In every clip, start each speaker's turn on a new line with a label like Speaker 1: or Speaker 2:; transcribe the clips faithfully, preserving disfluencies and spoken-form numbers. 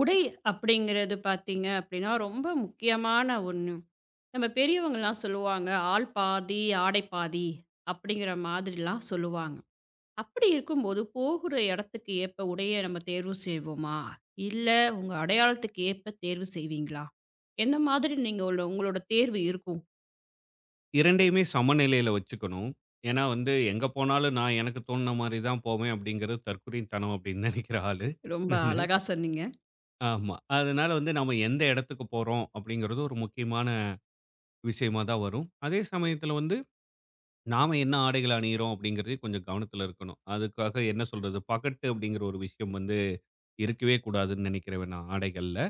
Speaker 1: உடை அப்படிங்கிறது பார்த்தீங்க அப்படின்னா, ரொம்ப முக்கியமான ஒண்ணு. நம்ம பெரியவங்கலாம் சொல்லுவாங்க, "ஆள் பாதி, ஆடை பாதி" அப்படிங்கிற மாதிரிலாம் சொல்லுவாங்க. அப்படி இருக்கும்போது, போகிற இடத்துக்கு ஏற்ப உடைய நம்ம தேர்வு செய்வோமா? இல்ல உங்க அடையாளத்துக்கு ஏற்ப தேர்வு செய்வீங்களா? எந்த மாதிரி நீங்க உள்ள உங்களோட தேர்வு இருக்கும்?
Speaker 2: 2யுமே சமநிலையில வச்சுக்கணும். ஏன்னா வந்து எங்க போனாலும் நான் எனக்கு தோணுன மாரி தான் போவேன் அப்படிங்கிறது தற்குறித்தனம் அப்படின்னு நெனைக்கிற ஆளு
Speaker 1: ரொம்ப
Speaker 2: நானு.
Speaker 1: அழகா சொன்னீங்க.
Speaker 2: ஆமா. அதனால வந்து நம்ம எந்த இடத்துக்கு போறோம் அப்படிங்கிறது ஒரு முக்கியமான விஷயமா தான் வரும். அதே சமயத்துல வந்து நாம என்ன ஆடைகள் அணியிறோம் அப்படிங்கிறதையும் கொஞ்சம் கவனத்துல இருக்கணும். அதுக்காக என்ன சொல்றது பகட்டு அப்படிங்கிற ஒரு விஷயம் வந்து இருக்கவே கூடாதுன்னு நெனைக்கிறேன் நான் ஆடைகள்ல.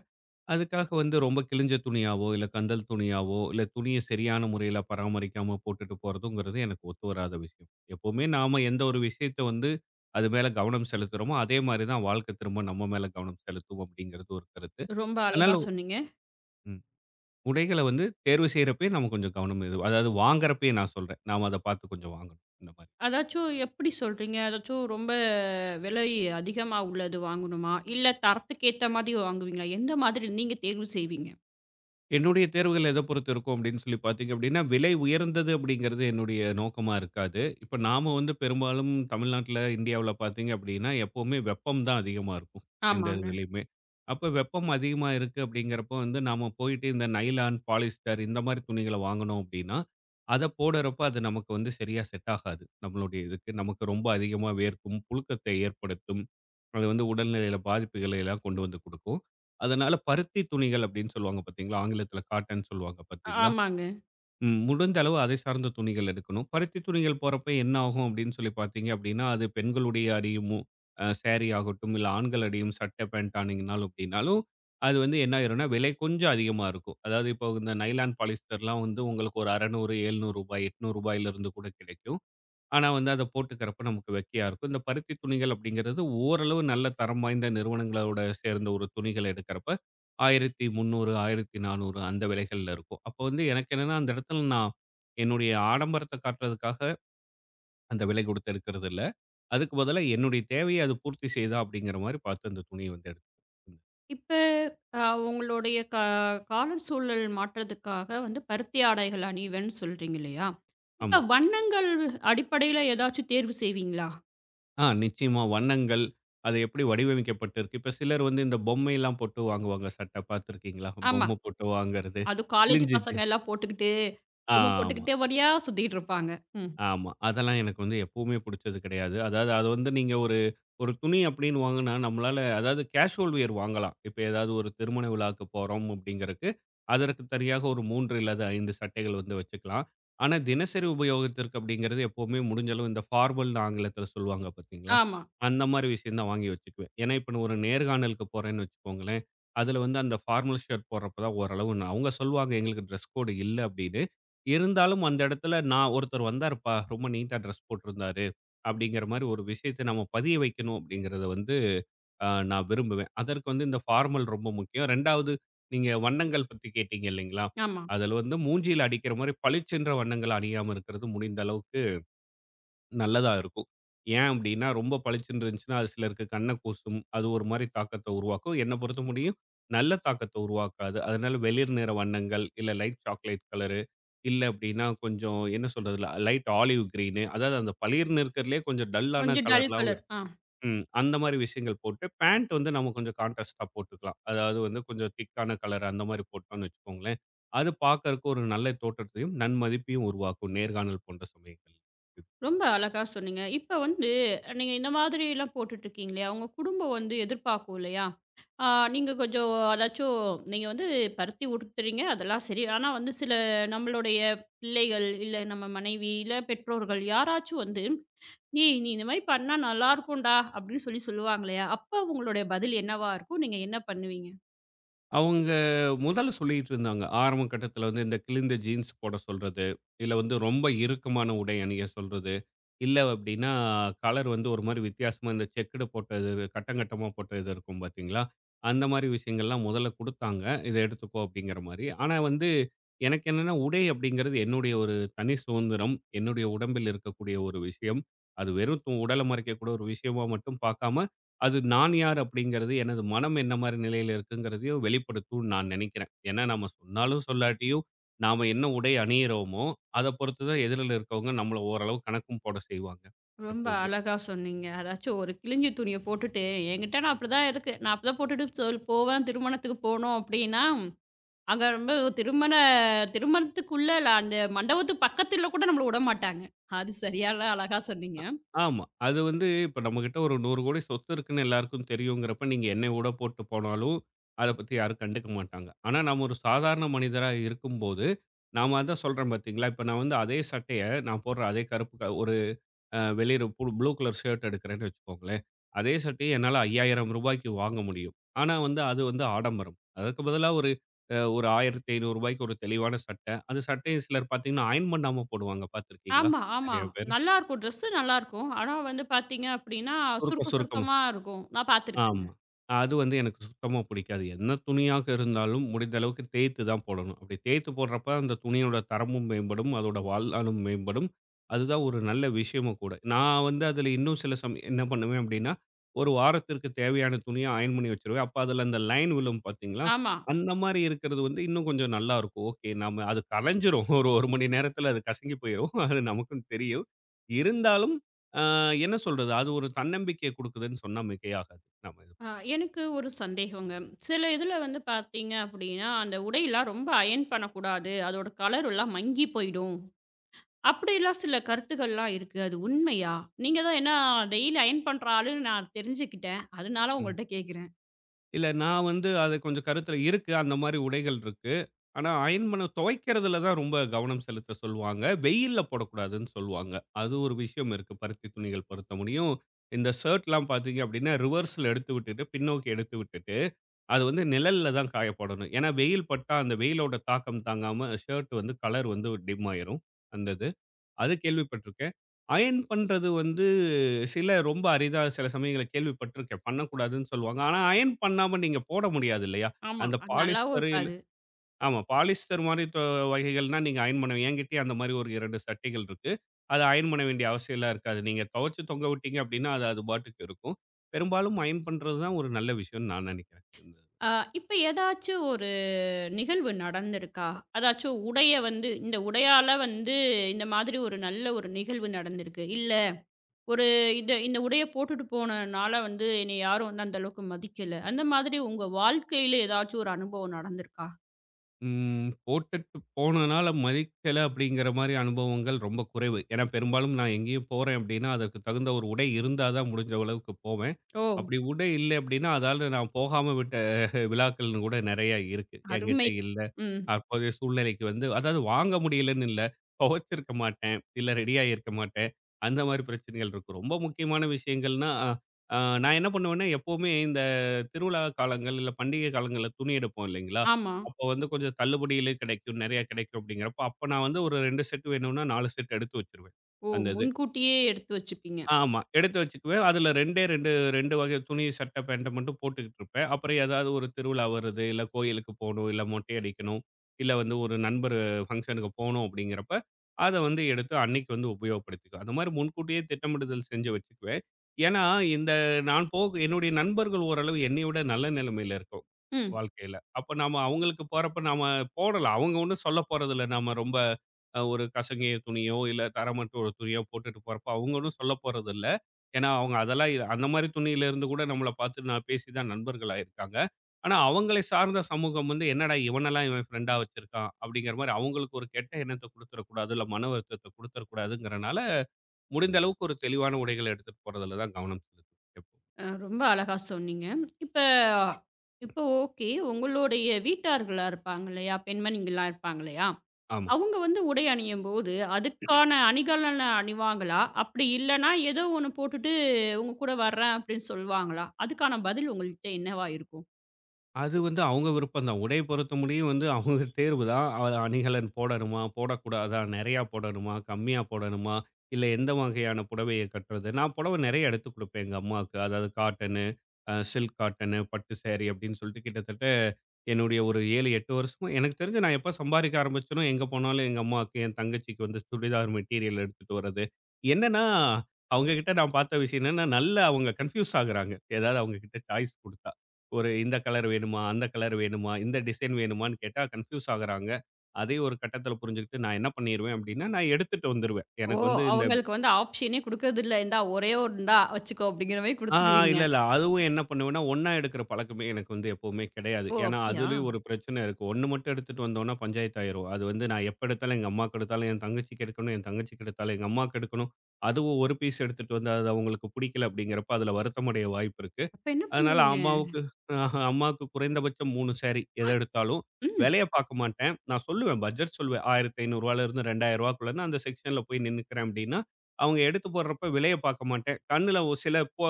Speaker 2: அதுக்காக வந்து ரொம்ப கிழிஞ்ச துணியாவோ, இல்ல கந்தல் துணியாவோ, இல்ல துணிய சரியான முறையில பராமரிக்காம போட்டுட்டு போறதுங்கிறது எனக்கு ஒத்து வராத விஷயம். எப்பவுமே நாம எந்த ஒரு விஷயத்த வந்து அது மேல கவனம் செலுத்துறோமோ, அதே மாரி தான் வாழ்க்கை திரும்ப நம்ம மேல கவனம் செலுத்தும் அப்படிங்கிறது ஒரு கருத்து.
Speaker 1: ரொம்ப அழகா
Speaker 2: அதனால
Speaker 1: சொன்னீங்க.
Speaker 2: ம் உடைகள வந்து தேர்வு செய்றப்பயே நம்ம கொஞ்சம் கவனம் இது அதாவது வாங்குறப்பயே நான் சொல்றேன். நாம அத பார்த்து கொஞ்சம் வாங்கணும். இந்த மாரி.
Speaker 1: அதாச்சும் எப்படி சொல்றீங்க? அதாச்சும் ரொம்ப விலை அதிகமா உள்ளது வாங்கணுமா? இல்ல தரத்துக்கு ஏத்த மாதிரி வாங்குவீங்களா? எந்த மாதிரி நீங்க தேர்வு செய்வீங்க?
Speaker 2: என்னுடைய தேர்வுகள் எத பொறுத்து இருக்கும் அப்படின்னு சொல்லி பார்த்தீங்க அப்படின்னா, விலை உயர்ந்தது அப்படிங்கிறது என்னுடைய நோக்கமா இருக்காது. இப்ப நாம வந்து பெரும்பாலும் தமிழ்நாட்டுல, இந்தியாவுல பார்த்தீங்க அப்படின்னா, எப்பவுமே வெப்பம் தான் அதிகமா இருக்கும். எந்த
Speaker 1: ஆமாங்க.
Speaker 2: இதுலயுமே. அப்ப வெப்பம் அதிகமா இருக்கு அப்படிங்கிறப்போ வந்து நாம போயிட்டு இந்த நைலான், பாலிஸ்டர் இந்த மாரி துணிகள வாங்குனோம் அப்படின்னா, அத போடுறப்ப அது நமக்கு வந்து சரியா செட் ஆகாது. நம்மளுடைய இதுக்கு. நமக்கு ரொம்ப அதிகமா வேர்க்கும், புழுக்கத்தை ஏற்படுத்தும். அது வந்து உடல்நிலையில பாதிப்புகளை எல்லாம் கொண்டு வந்து குடுக்கும். அதனால பருத்தி துணிகள் அப்படின்னு சொல்லுவாங்க பார்த்தீங்களா? ஆங்கிலத்தில காட்டன் சொல்லுவாங்க பார்த்தீங்களா?
Speaker 1: ஆமாங்க.
Speaker 2: ம் முடிந்த அளவு அதை சார்ந்த துணிகள் எடுக்கணும். பருத்தி துணிகள் போடுறப்ப என்ன ஆகும் அப்படின்னு சொல்லி பார்த்தீங்க அப்படின்னா, அது பெண்களுடைய அடியும் அ சேரி ஆகட்டும், இல்ல ஆண்கள் அடியும் சட்டை, பேண்ட் ஆனீங்கனாலும் அப்படின்னாலும், அது வந்து என்ன ஆயிரும்னா விலை கொஞ்சம் அதிகமா இருக்கும். அதாவது இப்போ இந்த நைலான் பாலிஸ்டர்லாம் வந்து உங்களுக்கு ஒரு அறுநூறு, ரூ. எழுநூறு ரூபாய், ரூ. எண்ணூறு இருந்து கூட கிடைக்கும். ஆனா வந்து அத போட்டுக்கிறப்ப நமக்கு வெக்கையா இருக்கும். இந்த பருத்தி துணிகள் அப்படிங்கிறது ஓரளவு நல்ல தரம் வாய்ந்த நிறுவனங்களோட சேர்ந்த ஒரு துணிகள் எடுக்கிறப்ப ஆயிரத்தி முந்நூறு, ஆயிரத்தி நானூறு அந்த விலைகள்ல இருக்கும். அப்போ வந்து எனக்கு என்னன்னா, அந்த இடத்துல நான் என்னுடைய ஆடம்பரத்த காட்டுறதுக்காக அந்த விலை கொடுத்து எடுக்கிறது இல்ல. அதுக்கு பதிலா என்னுடைய தேவைய அது பூர்த்தி செய்தா அப்படிங்கிற மாரி பார்த்து அந்த துணிய வந்து எடுத்து
Speaker 1: இப்ப அ உங்களுடைய கா காலம் சூழல் மாற்றத்துக்காக வந்து பருத்தி ஆடைகள் அணிவேன்னு சொல்றீங்க இல்லையா?
Speaker 2: ஆமா.
Speaker 1: இப்ப வண்ணங்கள் அடிப்படையில ஏதாச்சும் தேர்வு செய்வீங்களா?
Speaker 2: ஆ நிச்சயமா வண்ணங்கள், அது எப்படி வடிவமைக்கப்பட்டிருக்கு. இப்ப சிலர் வந்து இந்த பொம்மைலாம் போட்டு வாங்குவாங்க சட்ட பார்த்துருக்கீங்களா?
Speaker 1: ஆமா.
Speaker 2: பொம்மை போட்டு வாங்குறது.
Speaker 1: அதுவும் காலேஜ்
Speaker 2: கிழிஞ்சு
Speaker 1: பசங்க எல்லாம் போட்டுக்கிட்டு, பொம்மை
Speaker 2: ஆமா,
Speaker 1: போட்டுக்கிட்டே வழியா சுத்திக்கிட்டு இருப்பாங்க. ம்.
Speaker 2: ஆமா. அதெல்லாம் எனக்கு வந்து எப்பவுமே புடிச்சது கிடையாது. அதாவது அது வந்து நீங்க ஒரு ஒரு துணி அப்படின்னு வாங்குனா, நம்மளால அதாவது கேஷுவல் வியர் வாங்கலாம். இப்ப ஏதாவது ஒரு திருமண விழாவுக்கு போறோம் அப்படிங்கிறக்கு, அதற்கு தனியாக ஒரு மூணு அல்லது அஞ்சு சட்டைகள் வந்து வச்சுக்கலாம். ஆனா, தினசரி உபயோகத்திற்கு அப்படிங்கிறது எப்பவுமே முடிஞ்ச அளவு இந்த ஃபார்மல்னு ஆங்கிலத்தில சொல்லுவாங்க பார்த்தீங்களா?
Speaker 1: ஆமா,
Speaker 2: அந்த மாரி விஷயம் தான் வாங்கி வச்சுக்குவேன். ஏன்னா, இப்ப நான் ஒரு நேர்காணலுக்கு போறேன்னு வச்சுக்கோங்களேன், அதில வந்து அந்த ஃபார்மல் ஷர்ட் போடுறப்ப தான் ஓரளவு நான் அவங்க சொல்லுவாங்க எங்களுக்கு ட்ரெஸ் கோடு இல்ல அப்படின்னு. இருந்தாலும் அந்த இடத்துல நான் ஒருத்தர் வந்தாருப்பா, ரொம்ப நீட்டா ட்ரெஸ் போட்டிருந்தாரு. அப்படிங்கிற மாரி ஒரு விஷயத்த நம்ம பதிய வைக்கணும் அப்படிங்கிறத வந்து அ நான் விரும்புவேன். அதற்கு வந்து இந்த ஃபார்மல் ரொம்ப முக்கியம். ரெண்டாவது நீங்க வண்ணங்கள் பத்தி கேட்டீங்க இல்லைங்களா?
Speaker 1: ஆமா.
Speaker 2: அதுல வந்து மூஞ்சியில அடிக்கிற மாரி பளிச்சென்ற வண்ணங்கள் அணியாம இருக்கிறது முடிந்த அளவுக்கு நல்லதா இருக்கும். ஏன் அப்படின்னா, ரொம்ப பளிச்சுன்னு இருந்துச்சுன்னா, அது சிலருக்கு கண்ண கூசும். அது ஒரு மாரி தாக்கத்த உருவாக்கும். என்ன பொறுத்த முடியும் நல்ல தாக்கத்த உருவாக்காது. அதனால வெளிர் நிற வண்ணங்கள், இல்ல லைட் சாக்லேட் கலரு, இல்ல அப்படின்னா கொஞ்சம் என்ன சொல்றதுல லைட் ஆலிவ் கிரீனு அதாவது அந்த பளிர்ன்னு இருக்கிறதுலயே கொஞ்சம் டல்லான
Speaker 1: கொஞ்சம் டல்
Speaker 2: கலர்லாம்
Speaker 1: கலர்.
Speaker 2: இருக்கு.
Speaker 1: ஆ.
Speaker 2: ம். அந்த மாரி விஷயங்கள் போட்டு, பேண்ட் வந்து நம்ம கொஞ்சம் கான்ட்ராஸ்ட்டா போட்டுக்கலாம். அதாவது வந்து கொஞ்சம் திக்கான கலர் அந்த மாரி போட்டோம்னு வச்சுக்கோங்களேன். அது பார்க்கறக்கு ஒரு நல்ல தோற்றத்தையும், நன்மதிப்பையும் உருவாக்கும். நேர்காணல் போன்ற சமயங்கள்ல.
Speaker 1: ரொம்ப அழகா சொன்னீங்க. இப்ப வந்து நீங்க இந்த மாதிரிலாம் போட்டுட்ருக்கீங்க இல்லையா? உங்க குடும்பம் வந்து எதிர்பார்க்கும் இல்லையா? ஆ நீங்க கொஞ்சம் அதாச்சும் நீங்க வந்து பருத்தி உடுத்துறீங்க அதெல்லாம் சரி. ஆனா வந்து சில நம்மளுடைய பிள்ளைகள், இல்ல நம்ம மனைவி, இல்ல பெற்றோர்கள் யாராச்சும் வந்து, "ஏய்! நீ இந்த மாரி பண்ணா நல்லாருக்கும்டா" அப்படின்னு சொல்லி சொல்லுவாங்க இல்லையா? அப்ப உங்களுடைய பதில் என்னவா இருக்கும்? நீங்க என்ன பண்ணுவீங்க?
Speaker 2: அவங்க முதல்ல சொல்லிட்டு இருந்தாங்க. ஆரம்ப கட்டத்தில வந்து இந்த கிழிந்த ஜீன்ஸ் போட சொல்றது. இல்ல வந்து ரொம்ப இறுக்கமான உடை அணிய சொல்றது. இல்ல அப்டின்னா, கலர் வந்து ஒரு மாரி வித்தியாசமா இந்த செக்குடு போட்டது, கட்டம் கட்டமா போட்ட இது இருக்கும் பார்த்தீங்களா? அந்த மாரி விஷயங்கள்லாம் முதல்ல குடுத்தாங்க. இத எடுத்துக்கோ அப்டிங்கிற மாரி. ஆனா வந்து, எனக்கு என்னன்னா உடை அப்டிங்கிறது என்னுடைய ஒரு தனி சுதந்திரம். என்னுடைய உடம்பில் இருக்கக்கூடிய ஒரு விஷயம். அது வெறும் உடல மறைக்கக்கூடிய ஒரு விஷயமா மட்டும் பார்க்காம, அது நான் யார் அப்படிங்கிறது, எனது மனம் என்ன மாரி நிலையில இருக்குங்கிறதையும் வெளிப்படுத்தும்னு நான் நினைக்கிறேன். ஏன்னா நம்ம சொன்னாலும் சொல்லாட்டியும், நாம என்ன உடை அணியிறோமோ, அத பொறுத்து தான் எதிரில இருக்கவங்க நம்மள ஓரளவு கணக்கும் போட செய்வாங்க,
Speaker 1: ரொம்ப
Speaker 2: எப்பவுமே.
Speaker 1: அழகா சொன்னீங்க. அதாச்சும் ஒரு கிழிஞ்ச துணிய போட்டுட்டு, "என்கிட்ட நான் அப்படிதான் இருக்கு. நான் அப்படிதான் போட்டுட்டு சொல் போவேன். திருமணத்துக்கு போனோம் அப்படின்னா அங்க ரொம்ப திருமண திருமணத்துக்குள்ள இல்ல, அந்த மண்டபத்து பக்கத்துல கூட நம்மள விடமாட்டாங்க. அது சரியான அழகா சொன்னீங்க.
Speaker 2: ஆமா. அது வந்து இப்ப நம்மகிட்ட ஒரு நூறு கோடி சொத்து இருக்குன்னு எல்லாருக்கும் தெரியுங்கிறப்ப, நீங்க என்ன உட போட்டு போனாலும், அத பத்தி யாரும் கண்டுக்க மாட்டாங்க. ஆனா நாம ஒரு சாதாரண மனிதரா இருக்கும்போது, நாம அதான் சொல்றேன் பார்த்தீங்களா, இப்ப நான் வந்து அதே சட்டைய நான் போடுற அதே கருப்பு க ஒரு அ வெளியில புளு ப்ளூ கலர் ஷர்ட் எடுக்கிறேன்னு வச்சுக்கோங்களேன். அதே சட்டைய என்னால ரூ. ஐயாயிரத்துக்கு வாங்க முடியும். ஆனா வந்து அது வந்து ஆடம்பரம். அதற்கு பதிலா ஒரு அ ஒரு ரூ. ஆயிரத்தி ஐநூறுக்கு ஒரு தெளிவான சட்டை. அது சட்டைய சிலர் பார்த்தீங்கன்னா, அயர்ன் பண்ணாம போடுவாங்க பார்த்திருக்கீங்களா?
Speaker 1: ஆமா, ஆமா.
Speaker 2: நெறைய பேரு.
Speaker 1: நல்லாருக்கும். ட்ரெஸ் நல்லாருக்கும். ஆனா வந்து பார்த்தீங்க அப்டின்னா,
Speaker 2: சுருக்க
Speaker 1: சுருக்க
Speaker 2: சுருக்கமா.
Speaker 1: சுருக்கமா இருக்கும். நான் பார்த்துருக்கேங்க.
Speaker 2: ஆமா. அது வந்து எனக்கு சுத்தமா பிடிக்காது. என்ன துணியாக இருந்தாலும் முடிந்த அளவுக்கு தேய்த்து தான் போடணும். அப்படி தேய்த்து போடுறப்ப அந்த துணியோட தரமும் மேம்படும். அதோட வாழ்நாளும் மேம்படும். அதுதான் ஒரு நல்ல விஷயமும் கூட. நான் வந்து அதில இன்னும் சில சமயம் என்ன பண்ணுவேன் அப்படின்னா, ஒரு வாரத்திற்கு தேவையான துணிய அயர்ன் பண்ணி வச்சுருவேன். அப்ப அதில அந்த லைன் விழும் பார்த்தீங்களா?
Speaker 1: ஆமா.
Speaker 2: அந்த மாரி இருக்கிறது வந்து இன்னும் கொஞ்சம் நல்லாருக்கும். ஓகே நம்ம அது கலைஞ்சிரும். ஒரு 1 மணி நேரத்தில அது கசங்கி போயிரும். அது நமக்கும் தெரியும். இருந்தாலும் ஆ என்ன சொல்றது? அது ஒரு தன்னம்பிக்கைய குடுக்குதுன்னு சொன்னா மிகையாகாது. நாம இது
Speaker 1: அ எனக்கு ஒரு சந்தேகங்க. சில இதுல வந்து பார்த்தீங்க அப்டின்னா, அந்த உடையெல்லாம் ரொம்ப அயர்ன் பண்ணக்கூடாது. அதோட கலர் எல்லாம் மங்கி போயிடும். அப்டிலாம் சில கருத்துக்கள்லாம் இருக்கு. அது உண்மையா? நீங்க தான் ஏன்னா டெய்லி அயர்ன் பண்ற ஆளுன்னு நான் தெரிஞ்சுக்கிட்டேன். அதனால
Speaker 2: பண்ண- ம்.
Speaker 1: உங்கள்ட்ட கேட்குறேன்.
Speaker 2: இல்ல நான் வந்து அது கொஞ்சம் கருத்துல இருக்கு. அந்த மாரி உடைகள் இருக்கு. ஆனா அயர்ன் பண்ண துவைக்கிறதுல தான் ரொம்ப கவனம் செலுத்த சொல்லுவாங்க. வெயில்ல போடக்கூடாதுன்னு சொல்லுவாங்க. அது ஒரு விஷயம் இருக்கு. பருத்தி துணிகள் பொறுத்த முடியும். இந்த ஷர்ட்லாம் பார்த்தீங்க அப்டின்னா, ரிவர்ஸ்ல எடுத்து விட்டுட்டு, பின்னோக்கி எடுத்து விட்டுட்டு, அது வந்து நிழல்ல தான் காய போடணும். ஏன்னா வெயில் பட்டா அந்த வெயிலோட தாக்கம் தாங்காம ஷர்ட் வந்து கலர் வந்து டிம் ஆயிரும். அந்த இது. அது கேள்விப்பட்டிருக்கேன். அயர்ன் பண்றது வந்து சில ரொம்ப அரிதா சில சமயங்கள்ல கேள்விப்பட்டிருக்கேன். பண்ணக்கூடாதுன்னு சொல்லுவாங்க. ஆனா அயர்ன் பண்ணாம நீங்க போட முடியாது இல்லையா?
Speaker 1: ஆமா.
Speaker 2: அந்த
Speaker 1: அது நல்லாவும்
Speaker 2: பாலிஸ்டரு இல்ல
Speaker 1: இருக்காது.
Speaker 2: ஆமா பாலிஸ்டர் மாரி தொ வகைகள்னா நீங்க அயர்ன் பண்ண என்கிட்டயும் அந்த மாரி ஒரு ரெண்டு சட்டைகள் இருக்கு. அத அயர்ன் பண்ண வேண்டிய அவசியம்லாம் இருக்காது. நீங்க துவைச்சு தொங்க விட்டீங்க அப்படின்னா, அது அது பாட்டுக்கு இருக்கும். பெரும்பாலும் அயர்ன் பண்றது தான் ஒரு நல்ல விஷயம்னு நான் நினைக்கிறேன்.
Speaker 1: அ இப்ப ஏதாச்சும் ஒரு நிகழ்வு நடந்திருக்கா? அதாச்சும் உடைய வந்து இந்த உடையால வந்து இந்த மாதிரி ஒரு நல்ல ஒரு நிகழ்வு நடந்திருக்கு. இல்ல ஒரு இத இந்த உடைய போட்டுட்டு போனனால வந்து என்னைய யாரும் வந்து அந்த அளவுக்கு மதிக்கல. அந்த மாதிரி உங்க வாழ்க்கையில ஏதாச்சும் ஒரு அனுபவம் நடந்திருக்கா?
Speaker 2: ம். போட்டுட்டு போனனால மதிக்கல அப்படிங்கிற மாரி அனுபவங்கள் ரொம்ப குறைவு. ஏன்னா பெரும்பாலும் நான் எங்கேயும் போறேன் அப்படின்னா, அதற்கு தகுந்த ஒரு உடை இருந்தா தான் முடிஞ்ச அளவுக்கு போவேன்.
Speaker 1: ஓ!
Speaker 2: அப்படி உடை இல்ல அப்படின்னா, அதால நான் போகாம விட்ட விழாக்கள்னு கூட நெறைய இருக்கு. என்கிட்ட
Speaker 1: அருமை.
Speaker 2: இல்ல.
Speaker 1: ம்.
Speaker 2: அப்போதைய சூழ்நிலைக்கு வந்து அதாவது வாங்க முடியலன்னு இல்ல. துவைச்சிருக்க மாட்டேன். இல்ல ரெடியா இருக்க மாட்டேன். அந்த மாரி பிரச்சனைகள் இருக்கும். ரொம்ப முக்கியமான விஷயங்கள்னா, அ நான் என்ன பண்ணுவேன்னா, எப்பவுமே இந்த திருவிழா காலங்கள், இல்ல பண்டிகை காலங்கள்ல துணி எடுப்போம் இல்லைங்களா?
Speaker 1: ஆமா.
Speaker 2: அப்போ வந்து கொஞ்சம் தள்ளுபடியிலே கிடைக்கும். நெறைய கிடைக்கும் அப்படிங்கிறப்போ, அப்ப நான் வந்து ஒரு ரெண்டு செட் வேணும்னா நாலு செட் எடுத்து வச்சுருவேன்.
Speaker 1: ஓ!
Speaker 2: அந்த இது.
Speaker 1: முன்கூட்டியே எடுத்து வச்சுப்பீங்க.
Speaker 2: ஆமா. எடுத்து வச்சுக்குவேன். அதுல 2டே ரெண்டு, ரெண்டு வகை துணி, சட்டை, பேண்ட்ட மட்டும் போட்டுக்கிட்டு இருப்பேன். அப்புறம் ஏதாவது ஒரு திருவிழா வருது, இல்ல கோயிலுக்கு போணும், இல்ல மொட்டை அடிக்கணும், இல்ல வந்து ஒரு நண்பர் ஃபங்ஷனுக்கு போணும் அப்படிங்கிறப்ப, அத வந்து எடுத்து அன்னைக்கு வந்து உபயோகப்படுத்திக்குவேன். அந்த மாரி முன்கூட்டியே திட்டமிடுதல் செஞ்சு வச்சுக்குவேன். ஏன்னா, இந்த நான் போக என்னுடைய நண்பர்கள் ஓரளவு என்னைய விட நல்ல நிலைமையில இருக்கோம்,
Speaker 1: ம்.
Speaker 2: வாழ்க்கையில. அப்ப நாம அவங்களுக்கு போறப்ப நாம போடலாம். அவங்க ஒண்ணும் சொல்ல போறதில்ல. நாம ரொம்ப அ ஒரு கசங்கிய துணியோ, இல்ல தரமற்ற ஒரு துணியோ போட்டுட்டு போறப்போ, அவங்களும் சொல்ல போறதில்ல. ஏன்னா, அவங்க அதெல்லாம் இ அந்த மாரி துணியிலேருந்து கூட நம்மள பார்த்து நான் பேசி தான் நண்பர்கள் ஆயிருக்காங்க. ஆனா, அவங்களை சார்ந்த சமூகம் வந்து, "என்னடா இவனெல்லாம் இவன் ஃப்ரெண்டா வச்சிருக்கான்." அப்படிங்கிற மாரி அவங்களுக்கு ஒரு கெட்ட எண்ணத்த குடுத்துறக்கூடாது, இல்ல மன வருத்தத்த குடுத்துறக்கூடாதுங்கிறனால, முடிந்த அளவுக்கு ஒரு தெளிவான உடைகள எடுத்துட்டு போறதுல தான் கவனம் செலுத்துவேன் எப்பவும்.
Speaker 1: அ ரொம்ப அழகா சொன்னீங்க. இப்ப இப்ப ஓகே. உங்களுடைய வீட்டார்களா இருப்பாங்க இல்லையா? பெண்மணிங்களா இருப்பாங்க இல்லையா?
Speaker 2: ஆமா.
Speaker 1: அவங்க வந்து உடை அணியும்போது, அதுக்கான அணிகலன அணிவாங்களா? அப்படி இல்லன்னா, ஏதோ ஒண்ணு போட்டுட்டு உங்க கூட வர்றேன் அப்படின்னு சொல்லுவாங்களா? அதுக்கான பதில் உங்கள்கிட்ட என்னவா இருக்கும்?
Speaker 2: அது வந்து அவங்க விருப்பம் தான். உடைய பொறுத்த முடியும் வந்து அவங்க தேர்வு தான். அ அணிகலன் போடணுமா? போடக்கூடாதா? நெறையா போடணுமா? கம்மியா போடணுமா? இல்ல எந்த வகையான புடவைய கட்டுறது? நான் புடவ நெறைய எடுத்து குடுப்பேன் எங்க அம்மாவுக்கு. அதாவது காட்டனு, அ சில்க் காட்டனு, பட்டு சேரி அப்படின்னு சொல்லிட்டு கிட்டத்தட்ட என்னுடைய ஒரு ஏழு, எட்டு வருஷமா எனக்கு தெரிஞ்சு நான் எப்ப சம்பாதிக்க ஆரம்பிச்சேனோ, எங்க போனாலும் எங்க அம்மாவுக்கு, என் தங்கச்சிக்கு வந்து சுடிதார் மெட்டீரியல் எடுத்துட்டு வர்றது. என்னன்னா, அவங்க கிட்ட நான் பார்த்த விஷயம் என்னன்னா, நல்லா அவங்க கன்ஃப்யூஸ் ஆகுறாங்க. ஏதாவது அவங்க கிட்ட சாய்ஸ் குடுத்து ஒரு இந்த கலர் வேணுமா? அந்த கலர் வேணுமா? இந்த டிசைன் வேணுமான்னு கேட்டா கன்ஃப்யூஸ் ஆகுறாங்க. அதே ஒரு கட்டத்தில புரிஞ்சுகிட்டு நான் என்ன பண்ணிருவேன் அப்டின்னா, நான் எடுத்துட்டு வந்துருவேன்.
Speaker 1: ஓ!
Speaker 2: எனக்கு வந்து இந்த
Speaker 1: அவங்களுக்கு வந்து ஆப்ஷனே குடுக்கறதில்ல. இந்தா ஒரே ஒண்ணு இந்தா வச்சுக்கோ அப்படிங்கிற மாரி
Speaker 2: ஆ
Speaker 1: குடுத்துருவீங்க.
Speaker 2: இல்ல, இல்ல. அதுவும் என்ன பண்ணுவேன்னா, ஒண்ணா எடுக்கிற பழக்கமே எனக்கு வந்து எப்பவுமே கிடையாது.
Speaker 1: ஓ!
Speaker 2: ஏன்னா,
Speaker 1: அப்படியா?
Speaker 2: அதுலயும் ஒரு பிரச்சனை இருக்கு. ஒண்ணு மட்டும் எடுத்துட்டு வந்தோம்னா பஞ்சாயத்து ஆயிரும். அது வந்து நான் எப்ப எடுத்தாலும் எங்க அம்மாக்கு எடுத்தாலும் என் தங்கச்சிக்கு எடுக்கணும், என் தங்கச்சிக்கு எடுத்தாலும் எங்க அம்மாக்கு எடுக்கணும். அதுவும் ஒரு பீஸ் எடுத்துட்டு வந்து அது அவங்களுக்கு பிடிக்கல அப்டிங்கிறப்ப, அதுல வருத்தமடைய வாய்ப்பு இருக்கு.
Speaker 1: அப்ப என்ன
Speaker 2: அதனால
Speaker 1: பண்ணுவீங்க?
Speaker 2: அம்மாவுக்கு ஆஹா, அம்மாவுக்கு குறைந்தபட்சம் மூணு சாரி எத எடுத்தாலும்.
Speaker 1: ம்.
Speaker 2: விலைய பார்க்க மாட்டேன். நான் சொல்லுவேன் பட்ஜெட் சொல்லுவேன். ரூ. ஆயிரத்தி ஐநூறுலேருந்து ரூ. ரெண்டாயிரத்துக்குள்ளன்னு அந்த செக்ஷன்ல போய் நின்னுக்கிறேன் அப்படின்னா, அவங்க எடுத்து போடுறப்ப விலைய பார்க்க மாட்டேன். கண்ணுல ஒரு சில பொ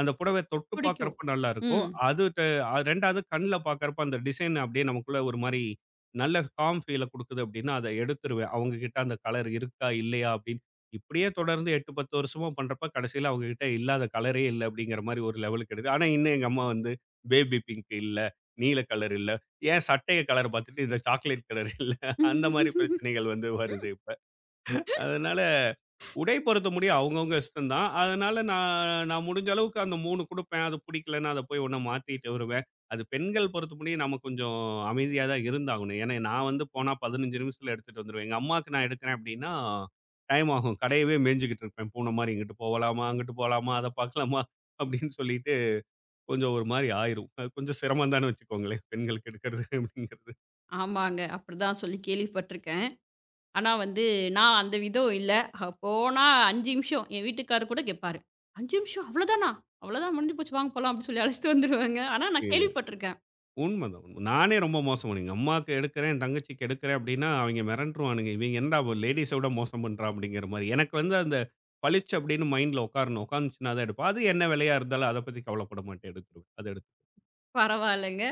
Speaker 2: அந்த புடவை தொட்டு
Speaker 1: புடிக்கும்.
Speaker 2: பார்க்கறப்ப நல்லா இருக்கும்.
Speaker 1: ம்.
Speaker 2: அது ட ரெண்டாவது கண்ல பார்க்கறப்ப அந்த டிசைன் அப்படியே நமக்குள்ள ஒரு மாரி நல்ல காம் ஃபீல குடுக்குது அப்படின்னா, அத எடுத்துருவேன். அவங்க கிட்ட அந்த கலர் இருக்கா? இல்லையா? அப்படின்னு இப்படியே தொடர்ந்து எட்டு, பத்து வருஷமா பண்றப்ப கடைசியில அவங்ககிட்ட இல்லாத கலரே இல்ல அப்படிங்கிற மாரி ஒரு லெவலுக்கு எடுது. ஆனா இன்னும் எங்க அம்மா வந்து பேபி பிங்க் இல்ல, நீல கலர் இல்ல, ஏன் சட்டைய கலர் பாத்துட்டு இந்த சாக்லேட் கலர் இல்ல அந்த மாரி பிரச்சனைகள் வந்து வருது இப்ப. அதனால உடை பொருத்தமுடிய அவங்கவங்க இஷ்டம் தான். அதனால நான் நான் முடிஞ்ச அளவுக்கு அந்த மூணு குடுப்பேன். அது பிடிக்கலன்னா அத போய் ஒண்ண மாத்திட்டு வருவேன். அது பெண்கள் பொறுத்தமுடிய நம்ம கொஞ்சம் அமைதியா தான் இருந்தாகணும். ஏன்னா நான் வந்து போனா பதினைஞ்சு நிமிஷத்துல எடுத்துட்டு வந்துருவேன். எங்க அம்மாக்கு நான் எடுக்கிறேன் அப்டின்னா, டைம் ஆகும். கடையவே மேய்ஞ்சுகிட்டு இருப்பேன். பூன மாரி இங்கிட்டு போகலாமா, அங்கிட்டு போகலாமா, அத பார்க்கலாமா அப்டின்னு சொல்லிட்டு கொஞ்சம் ஒரு மாரி ஆயிரும். அது கொஞ்சம் சிரமம் தான்னு வச்சுக்கோங்களேன். பெண்களுக்கு எடுக்கிறது அப்டிங்கிறது.
Speaker 1: ஆமாங்க. அப்படிதான் சொல்லி கேள்விப்பட்டுருக்கேன். ஆனா வந்து, நான் அந்த விதம் இல்ல. அ போனா ஐந்து நிமிஷம் என் வீட்டுக்காரர் கூட கேட்பாரு. "ஐந்து நிமிஷம் அவ்வளோதானா? அவ்வளோதான் முடிஞ்சு போச்சு வாங்க போலாம்" அப்படின்னு சொல்லி அழைச்சிட்டு வந்துருவேங்க. ஆனா நான் கேள்விப்பட்டுருக்கேன்.
Speaker 2: உண்மதான், உண்ம. நானே ரொம்ப மோசமானவன். எங்க அம்மாக்கு எடுக்கிறேன், என் தங்கச்சிக்கு எடுக்கிறேன் அப்படின்னா, அவைங்க மிரண்டுருவானுங்க. இவைங்க என்னடா லேடீஸ விட மோசம் பண்றான் அப்படிங்கிற மாரி. எனக்கு வந்து அந்த பளிச்சு அப்படின்னு மைண்ட்ல உட்காரணும். உட்காந்துச்சுன்னா தான் எடுப்பேன். அது என்ன விலையா இருந்தாலும் அத பத்தி கவலைப்பட மாட்டேன். எடுத்துருவேன். அத எடுத்து
Speaker 1: பரவாயில்லங்க.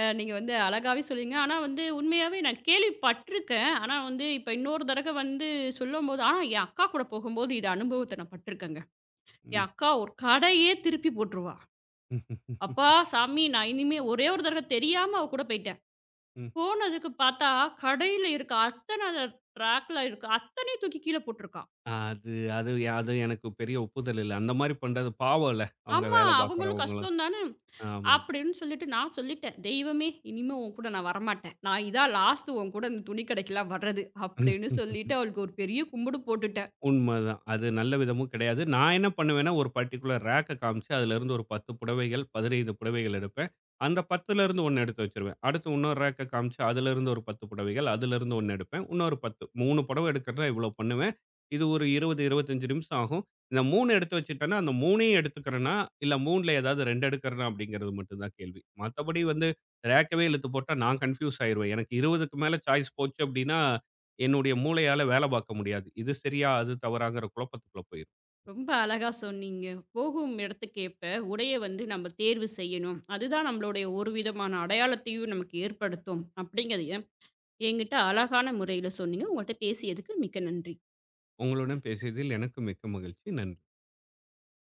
Speaker 1: அ நீங்க வந்து அழகாவே சொன்னீங்க. ஆனா வந்து உண்மையாவே நான் கேள்விப்பட்டுருக்கேன். ஆனா வந்து இப்ப இன்னொரு தடவை வந்து சொல்லும்போது ஆனா என் அக்கா கூட போகும்போது இது அனுபவத்த நான் பட்டுருக்கேங்க. என்
Speaker 2: ம்.
Speaker 1: அக்கா ஒரு கடையே திருப்பி போட்டுருவா. அப்பா சாமி! நான் இனிமே ஒரே ஒரு தடவை தெரியாம அவ கூட போய்
Speaker 2: ம்.
Speaker 1: போனதுக்கு பார்த்தா, கடையில இருக்க அத்தன ரேக்ல இருக்க அத்தனையும் தூக்கி கீழ போட்டுருக்கான்.
Speaker 2: அது அது அது எனக்கு பெரிய ஒப்புதல் இல்ல. அந்த மாரி பண்றது பாவம்ல. அவங்க
Speaker 1: ஆமா,
Speaker 2: வேலை
Speaker 1: அவங்களும்
Speaker 2: பார்க்கிறவங்களும்.
Speaker 1: கஷ்டம் தானே!
Speaker 2: ஆமாமா.
Speaker 1: அப்படின்னு சொல்லிட்டு நான் சொல்லிட்டேன். "தெய்வமே! இனிமே உன் கூட நான் வரமாட்டேன். நான் இதான் லாஸ்ட்டு உன் கூட இந்த துணி கடைக்கெல்லாம் வர்றது." அப்படின்னு சொல்லிட்டு அவளுக்கு ஒரு பெரிய கும்பிடு போட்டுட்டேன்.
Speaker 2: உண்மதான். அது நல்ல விதமும் கிடையாது. நான் என்ன பண்ணுவேன்னா, ஒரு பர்ட்டிகுலர் ரேக்க காமிச்சு, அதிலிருந்து ஒரு பத்து புடவைகள், பதினைஞ்சு புடவைகள் எடுப்பேன். அந்த பத்துலருந்து ஒண்ணு எடுத்து வச்சுருவேன். அடுத்து இன்னொரு ரேக்க காமிச்சு, அதிலிருந்து ஒரு பத்து புடவைகள், அதிலிருந்து ஒண்ணு எடுப்பேன். இன்னொரு பத்து மூணு புடவை எடுக்கிறதுனா இவ்வளோ பண்ணுவேன். இது ஒரு இருபது, இருபத்தி அஞ்சு நிமிஷம் ஆகும். இந்த மூணு எடுத்து வச்சுட்டேன்னா, அந்த மூணையும் எடுத்துக்கிறேனா, இல்ல மூணுல ஏதாவது ரெண்டு எடுக்கிறேனா அப்படிங்கிறது மட்டும் தான் கேள்வி. மத்தபடி வந்து ரேக்கவே இழுத்து போட்டா நான் கன்ஃப்யூஸ் ஆயிருவேன். எனக்கு இருபதுக்கு மேல சாய்ஸ் போச்சு அப்படின்னா என்னுடைய மூளையால வேலை பார்க்க முடியாது. இது சரியா? அது தவறாங்கிற குழப்பத்துக்குள்ள போயிரும்.
Speaker 1: ரொம்ப அழகா சொன்னீங்க. போகும் இடத்துக்கேற்ப உடைய வந்து நம்ம தேர்வு செய்யணும். அதுதான் நம்மளுடைய ஒரு விதமான அடையாளத்தையும் நமக்கு ஏற்படுத்தும். அப்படிங்கிறதையும் என்கிட்ட அழகான முறையில சொன்னீங்க. உங்கள்ட்ட பேசியதுக்கு மிக்க நன்றி.
Speaker 2: உங்களுடன் பேசியதில் எனக்கு மிக்க மகிழ்ச்சி. நன்றி.